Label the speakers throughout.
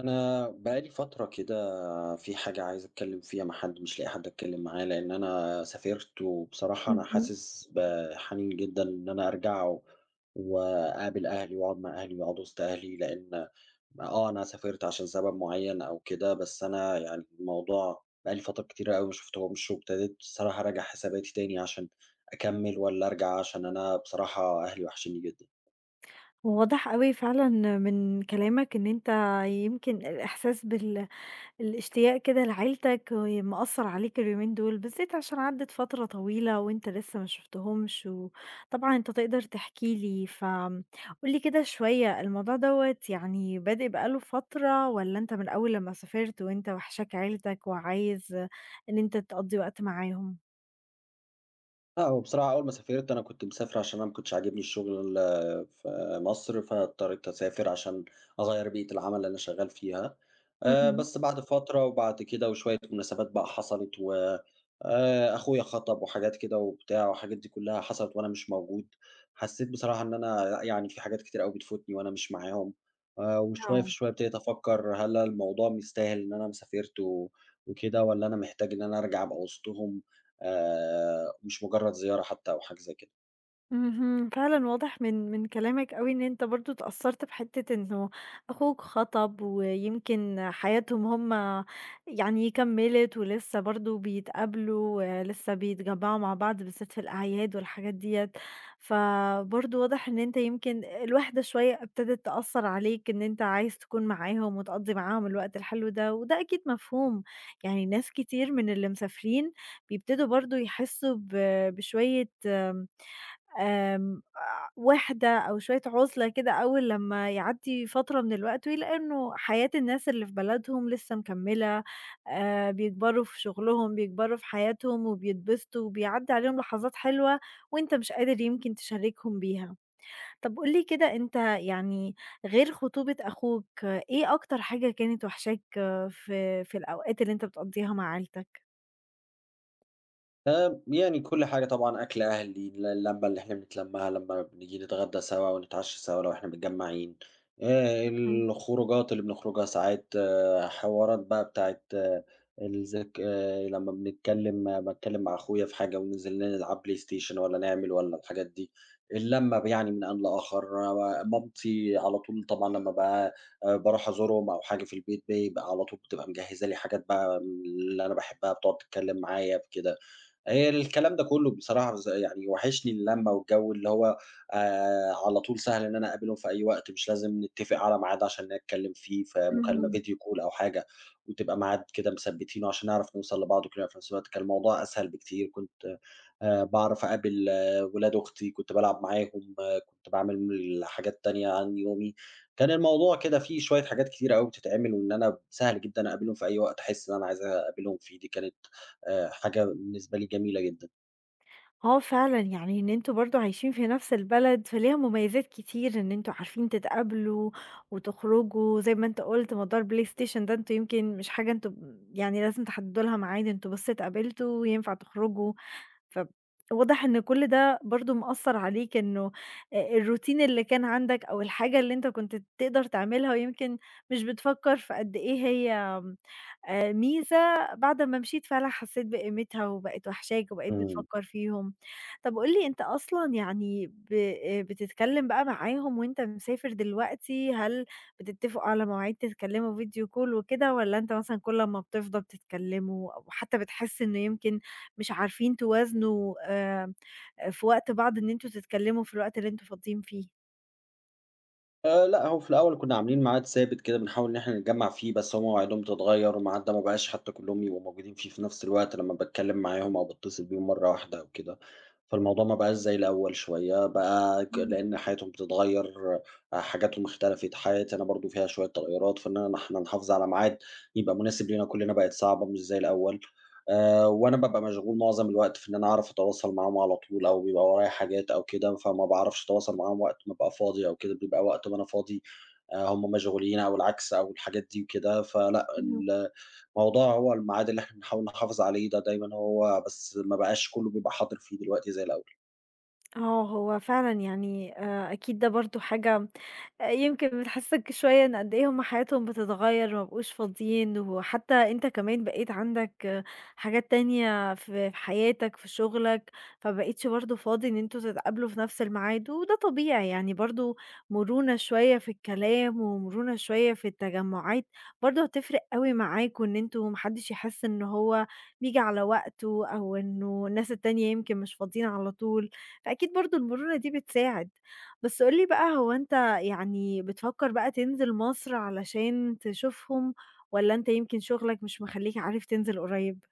Speaker 1: أنا بقى لي فترة كده، في حاجة عايز أتكلّم فيها مع حد، مش لاقي حد أتكلّم معاه، لإن أنا سافرت وبصراحة أنا
Speaker 2: اهم.
Speaker 1: حاسس بحنين جدًا إن أنا أرجع و وأقابل أهلي وأقعد مع أهلي وأقعد وسط أهلي، لإن أنا سافرت عشان سبب معيّن أو كده، بس أنا يعني الموضوع بقى لي فترة كتيرة أوي ما شُفتهمش، وابتديت الصراحة أراجع حساباتي تاني عشان أكمّل والّا أرجع، عشان أنا بصراحة أهلي وحشيني جدًا.
Speaker 2: واضح أوي فعلًا من كلامك إن أنت يمكن الإحساس الاشتياق كده لعيلتك مأثّر عليك اليومين دول، بالذات عشان عدِّت فترة طويلة وأنت لسه ما شُفتهمش، وطبعًا أنت تقدر تحكي لي، قُل لي كده شوية الموضوع دوّة يعني بادئ بقى له فترة والّا أنت من أول لمّا سافرت وأنت واحشاك عيلتك وعايز إن أنت تقضّي وقت معاهم؟
Speaker 1: لأ، هو بصراحة أول ما سافرت أنا كنت مسافر عشان أنا ما كنتش عاجبني الشغل في مصر، فاضطريت أسافر عشان أغيّر بيئة العمل اللي أنا شغال فيها.
Speaker 2: اهم.
Speaker 1: بس بعد فترة وبعد كده وشوية مناسبات بقى حصلت و أخويا خَطَب وحاجات كده وبتاع والحاجات دي كلّها حصلت وأنا مش موجود، حسّيت بصراحة إن أنا لأ، يعني في حاجات كتير أوي بتفوتني وأنا مش معاهم. وشوية في
Speaker 2: آه.
Speaker 1: شوية ابتديت أفكّر هل الموضوع مستاهل إن أنا ما سافرت وكده والّا أنا محتاج إن أنا أرجع أبقى وسطهم؟ مش مجرّد زيارة حتى أو حاجة زي كده.
Speaker 2: اهم، فعلًا واضح من كلامك أوي إن أنت برضه اتأثّرت بحتّة إنه أخوك خطب ويمكن حياتهم هم يعني كمّلت ولسه برضه بيتقابلوا ولسه بيتجمّعوا مع بعض بالذات في الأعياد والحاجات ديّة، فبرضه واضح إن أنت يمكن الوحدة شوية ابتدت تأثّر عليك إن أنت عايز تكون معاهم وتقضّي معاهم الوقت الحلو ده، وده أكيد مفهوم، يعني ناس كتير من اللي مسافرين بيبتدوا برضه يحسّوا بشوية آمم، وِحدة أو شوية عُزلة كده أول لمّا يعدّي فترة من الوقت ويلاقي إنه حياة الناس اللي في بلدهم لسه مكمّلة، بيكبروا في شغلهم، بيكبروا في حياتهم وبيتبسطوا وبيعدّي عليهم لحظات حلوة وأنت مش قادر يمكن تشاركهم بيها. طَب قُل لي كده أنت يعني غير خطوبة أخوك، آه، إيه أكتر حاجة كانت واحشاك في الأوقات اللي أنت بتقضّيها مع عيلتك؟
Speaker 1: يعني كل حاجة طبعًا أكل أهلي، اللمة اللي إحنا بنتلمها لمّا بنيجي نتغدى سوا ونتعشى سوا لو إحنا متجمعين.
Speaker 2: اهم،
Speaker 1: الخروجات اللي بنخرجها ساعات، حوارات بقى بتاعة الذك لمّا باتكلم مع أخويا في حاجة وننزل نلعب بلاي ستيشن والّا نعمل والّا الحاجات دي. اللمة يعني من آن لآخر، مامتي على طول طبعًا لمّا بقى باروح أزورهم أو حاجة في البيت بيبقى على طول بتبقى مجهزة لي حاجات بقى من اللي أنا باحبها، بتقعد تتكلم معايا في كده. الكلام ده كُلّه بصراحة يعني واحشني اللمّة والجو اللي هو على طول سهل إن أنا أقابلهم في أي وقت، مش لازم نتّفق على ميعاد عشان نتكلّم فيه في مكالمة
Speaker 2: اهم.
Speaker 1: فيديو كول أو حاجة، وتبقى ميعاد كده مثبّتينه عشان نعرف نوصل لبعض وكده. في نفس الوقت كان الموضوع أسهل بكتير، كنت باعرف أقابل ولاد أختي، كنت بالعب معاهم، كنت باعمل حاجات تانية عن يومي، كان الموضوع كده فيه شوية حاجات كتيرة أوي بتتعمل، وإن أنا سهل جدًا أقابلهم في أي وقت أحس إن أنا عايز أقابلهم فيه، دي كانت حاجة بالنسبة لي جميلة جدًا.
Speaker 2: آه فعلًا، يعني إن أنتم برضه عايشين في نفس البلد، فليها مميزات كتير إن أنتم عارفين تتقابلوا وتخرجوا، زي ما أنت قُلت موضوع الPlayStation ده أنتم يمكن مش حاجة أنتم يعني لازم تحددوا لها ميعاد، أنتم بس اتقابلتوا وينفع تخرجوا، فواضح إن كل ده برضه مأثّر عليك إنه الروتين اللي كان عندك أو الحاجة اللي أنت كنت تقدر تعملها ويمكن مش بتفكّر في قد إيه هي ميزة بعد ما مشيت فعلًا حسيت بقيمتها وبقت وحشاك وبقيت
Speaker 1: إمم.
Speaker 2: بتفكّر فيهم. طب قُل لي أنت أصلًا يعني ب بتتكلّم بقى معاهم وأنت مسافر دلوقتي، هل بتتّفقوا على مواعيد تتكلّموا فيديو كول وكده والّا أنت مثلًا كل أمّا بتفضى بتتكلّموا أو حتّى بتحس إنه يمكن مش عارفين توازنوا في وقت بعض إن أنتم تتكلّموا في الوقت اللي أنتم فاضيين فيه؟
Speaker 1: لأ، هو في الأول كنا عاملين ميعاد ثابت كده بنحاول إن إحنا نتجمّع فيه، بس هُم مواعيدهم تتغيّر، والميعاد ده ما بقاش حتى كلّهم يبقوا موجودين فيه في نفس الوقت لمّا باتكلّم معاهم أو باتصل بيهم مرّة واحدة أو كده، فالموضوع ما بقاش زي الأول شوية، بقى ك
Speaker 2: اهم،
Speaker 1: لإن حياتهم بتتغيّر، حاجاتهم اختلفت، حياتي أنا برضه فيها شوية تغيّرات، فإن أنا إحنا نحافظ على ميعاد يبقى مناسب لينا كلّنا بقت صعبة مش زي الأول. وأنا بابقى مشغول معظم الوقت في إن أنا أعرف أتواصل معاهم على طول أو بيبقى ورايا حاجات أو كده، فما باعرفش أتواصل معاهم وقت ما أبقى فاضي أو كده، بيبقى وقت ما أنا فاضي هم مشغولين أو العكس أو الحاجات دي وكده، فلأ
Speaker 2: اهم.
Speaker 1: الموضوع هو الميعاد اللي إحنا بنحاول نحافظ عليه ده دايمًا هو، بس ما بقاش كُلّه بيبقى حاضر فيه دلوقتي زي الأول.
Speaker 2: آه، هو فعلًا يعني أكيد ده برضه حاجة يمكن بتحسّسك شوية إن قد إيه هم حياتهم بتتغيّر، ما بقوش فاضيين، وحتى أنت كمان بقيت عندك حاجات تانية في حياتك، في شغلك، فما بقيتش برضه فاضي إن أنتم تتقابلوا في نفس الميعاد، وده طبيعي يعني برضه مرونة شوية في الكلام، ومرونة شوية في التجمعات، برضه هتفرق أوي معاك، وإن أنتم ما حدش يحس إن هو بييجي على وقته، أو إنه الناس التانية يمكن مش فاضيين على طول. فأكيد برضه المرونة دي بتساعد. بس قُل لي بقى هو أنت يعني بتفكّر بقى تنزل مصر علشان تشوفهم والّا أنت يمكن شغلك مش مخلّيك عارف تنزل قريب؟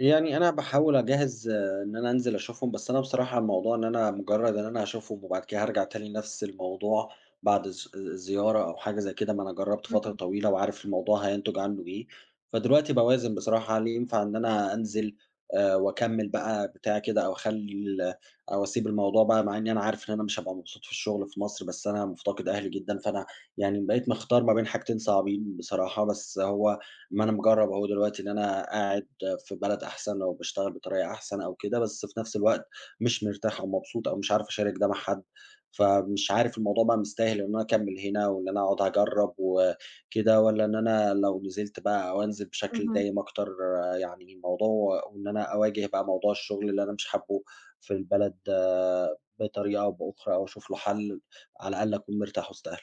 Speaker 1: يعني أنا باحاول أجهّز إن أنا أنزل أشوفهم، بس أنا بصراحة الموضوع إن أنا مجرّد إن أنا هاشوفهم وبعد كده هارجع تاني لنفس الموضوع بعد زيارة أو حاجة زي كده، ما أنا جرّبت فترة
Speaker 2: اهم،
Speaker 1: طويلة وعارف الموضوع هينتج عنّه إيه، فدلوقتي باوازن بصراحة هل ينفع إن أنا أنزل وأكمّل بقى بتاع كده أو أخلّي أو أسيب الموضوع بقى، مع إنّي أنا عارف إن أنا مش هابقى مبسوط في الشغل في مصر، بس أنا مفتقد أهلي جدًا، فأنا يعني بقيت مختار ما بين حاجتين صعبين بصراحة، بس هو ما أنا مجرّب أهو دلوقتي إن أنا قاعد في بلد أحسن أو باشتغل بطريقة أحسن أو كده، بس في نفس الوقت مش مرتاح أو مبسوط أو مش عارف أشارك ده مع حد، فمش عارف الموضوع بقى مستاهل إن أنا أكمّل هنا وإن أنا أقعد أجرّب وكده، والّا إن أنا لو نزلت بقى أو أنزل بشكل
Speaker 2: اهم.
Speaker 1: دايم أكتر يعني الموضوع وإن أنا أواجه بقى موضوع الشغل اللي أنا مش حابّه في البلد بطريقة أو بأخرى أو أشوف له حَل على الأقل أكون مرتاح وسط أهلي.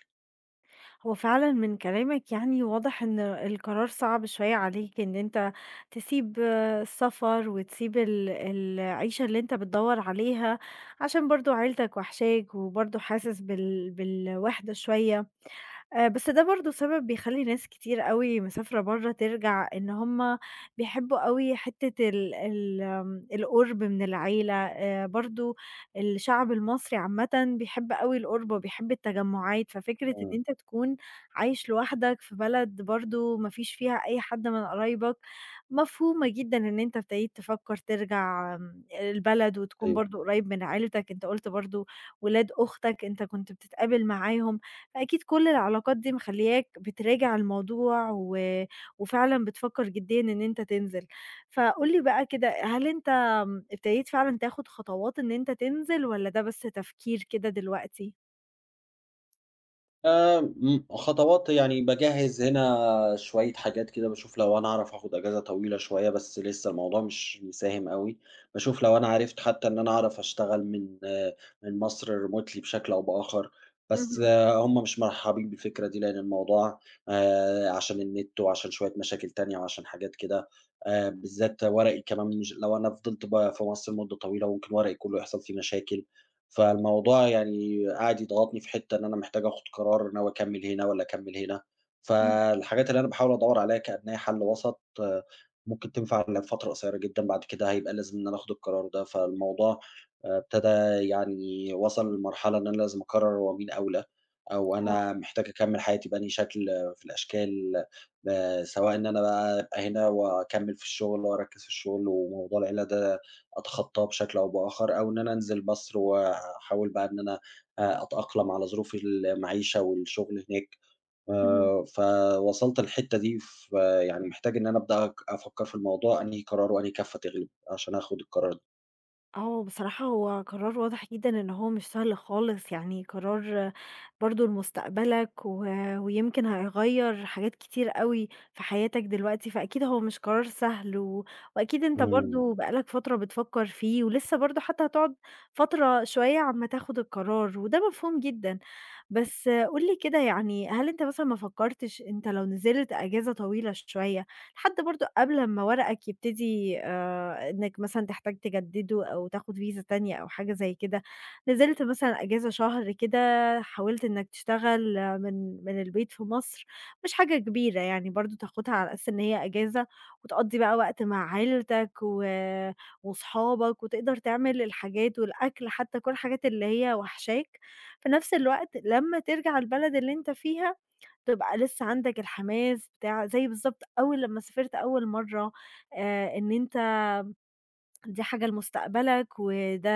Speaker 2: هو فعلًا من كلامك يعني واضح إن القرار صعب شوية عليك إن أنت تسيب السفر وتسيب العيشة اللي أنت بتدوّر عليها، عشان برضه عيلتك واحشاك وبرضه حاسس بالوحدة شوية. بس ده برضه سبب بيخلّي ناس كتير أوي مسافرة برّه ترجع، إن هُم بيحبّوا أوي حتّة ال ال آمم، القُرب من العيلة، برضه الشعب المصري عامةً بيحب أوي القُرب وبيحب التجمُّعات، ففكرة إن
Speaker 1: إمم،
Speaker 2: أنت تكون عايش لوحدك في بلد برضه ما فيش فيها أي حد من قرايبك، مفهومة جدًا إن أنت ابتديت تفكّر ترجع البلد وتكون
Speaker 1: أيوه.
Speaker 2: برضه قريّب من عيلتك، أنت قُلت برضه ولاد أختك أنت كنت بتتقابل معاهم، فأكيد كل العلاقات دي مخلّياك بتراجع الموضوع وفعلًا بتفكّر جديًا إن أنت تنزل. فقُل لي بقى كده، هل أنت ابتديت فعلًا تاخد خطوات إن أنت تنزل والّا ده بس تفكير كده دلوقتي؟
Speaker 1: خطوات يعني باجهّز هنا شوية حاجات كده، باشوف لو أنا أعرف آخُد أجازة طويلة شوية، بس لسه الموضوع مش مساهم أوي، باشوف لو أنا عرفت حتى إن أنا أعرف أشتغل من من مصر remotely بشكل أو بآخَر، بس
Speaker 2: اهم،
Speaker 1: هم مش مرحّبين بالفكرة دي، لإن الموضوع عشان النت وعشان شوية مشاكل تانية وعشان حاجات كده. بالذات ورقي كمان، مش لو أنا فضلت في مصر مدة طويلة ممكن ورقي كُلّه يحصل فيه مشاكل. فالموضوع يعني قاعد يضغطني في حتّة إن أنا محتاج آخُد قرار، ناوي أكمّل هنا والّا أكمّل هنا،
Speaker 2: إمم،
Speaker 1: فالحاجات اللي أنا باحاول أدوّر عليها كإن هي حَل وسط ممكن تنفع لفترة قصيّرة جدًا، بعد كده هيبقى لازم إن أنا آخُد القرار ده، فالموضوع ابتدى يعني وصل لمرحلة إن أنا لازم أقرّر هو مين أولى، أو
Speaker 2: آه.
Speaker 1: أنا محتاج أكمّل حياتي بأنهي شكل في الأشكال، سواء إن أنا بقى أبقى هنا وأكمّل في الشغل وأركّز في الشغل وموضوع العيلة ده أتخطاه بشكل أو بآخر، أو إن أنا أنزل مصر وأحاول بقى إن أنا أتأقلم على ظروف المعيشة والشغل هناك.
Speaker 2: اهم.
Speaker 1: فوصلت للحتة دي، ف يعني محتاج إن أنا أبدأ أفكّر في الموضوع أنهي قرار وأنهي كَفّة تغلب، عشان آخُد القرار ده.
Speaker 2: آه، بصراحة هو قرار واضح جدًا إن هو مش سهل خالص، يعني قرار برضه لمستقبلك ويمكن هيغيّر حاجات كتير أوي في حياتك دلوقتي، فأكيد هو مش قرار سهل وأكيد أنت
Speaker 1: إمم.
Speaker 2: برضه بقى لك فترة بتفكّر فيه ولسه برضه حتى هتقعد فترة شوية عما تاخُد القرار وده مفهوم جدًا. بس قُل لي كده يعني هل أنت مثلًا ما فكّرتش أنت لو نزلت أجازة طويلة شوية، لحد برضه قبل أمّا ورقك يبتدي إنّك مثلًا تحتاج تجدّده أو تاخُد فيزا تانية أو حاجة زي كده، نزلت مثلًا إجازة شهر كده، حاولت إنّك تشتغل من البيت في مصر، مش حاجة كبيرة يعني برضه تاخُدها على أساس إن هي إجازة وتقضّي بقى وقت مع عيلتك وصحابك وتقدر تعمل الحاجات والأكل حتّى كل الحاجات اللي هي واحشاك، في نَفْس الوقت لمّا ترجع البلد اللي أنت فيها تبقى لسه عندك الحماس بتاع زي بالضبط أول لمّا سافرت أول مرّة، إن أنت دي حاجة لمستقبلك، وده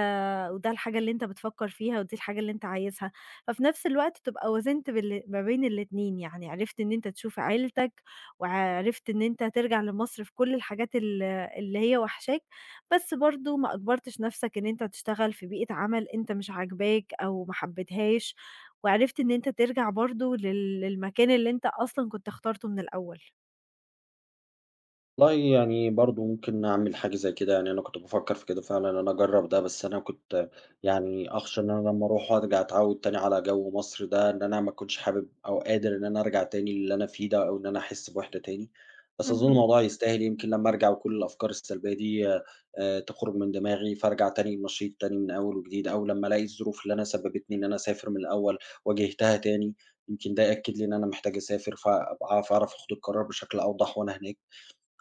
Speaker 2: وده الحاجة اللي أنت بتفكّر فيها، ودي الحاجة اللي أنت عايزها، ففي نفس الوقت تبقى وازنت بال ما بين الاتنين، يعني عرفت إن أنت تشوف عيلتك، وعرفت إن أنت ترجع لمصر في كل الحاجات اللي هي واحشاك، بس برضه ما أجبرتش نفسك إن أنت تشتغل في بيئة عمل أنت مش عاجباك أو ما حبيتهاش، وعرفت إن أنت ترجع برضه للمكان اللي أنت أصلًا كنت اخترته من الأول.
Speaker 1: والله يعني برضه ممكن أعمل حاجة زي كده، يعني أنا كنت بافكّر في كده فعلًا إن أنا أجرّب ده، بس أنا كنت يعني أخشى إن أنا لمّا أروح وأرجع أتعوّد تاني على جو مصر ده، إن أنا ما أكونش حابب أو قادر إن أنا أرجع تاني للي أنا فيه ده، أو إن أنا أحس بوحدة تاني، بس أظُن
Speaker 2: اهم،
Speaker 1: الموضوع يستاهل، يمكن لمّا أرجع وكل الأفكار السلبية دي تخرج من دماغي، فارجع تاني نشيط تاني من أول وجديد، أو لمّا ألاقي الظروف اللي أنا سبّبتني إن أنا أسافر من الأول واجهتها تاني، يمكن ده يأكد لي إن أنا محتاج أسافر، فأبقى أعرف أخد القرار بشكل أوضح وأنا هناك.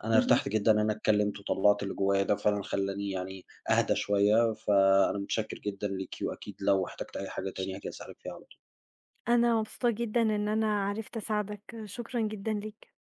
Speaker 1: أنا
Speaker 2: اهم.
Speaker 1: ارتحت جدًا إن أنا اتكلّمت وطلّعت اللي جوّايا ده، وفعلًا خلّاني يعني أهدى شوية، فأنا متشكّر جدًا ليكِ، وأكيد لو احتجت أي حاجة تاني هاجي أسألِك فيها على طول.
Speaker 2: أنا مبسوطة جدًا إن أنا عرفت أساعدك، شكرًا جدًا ليك.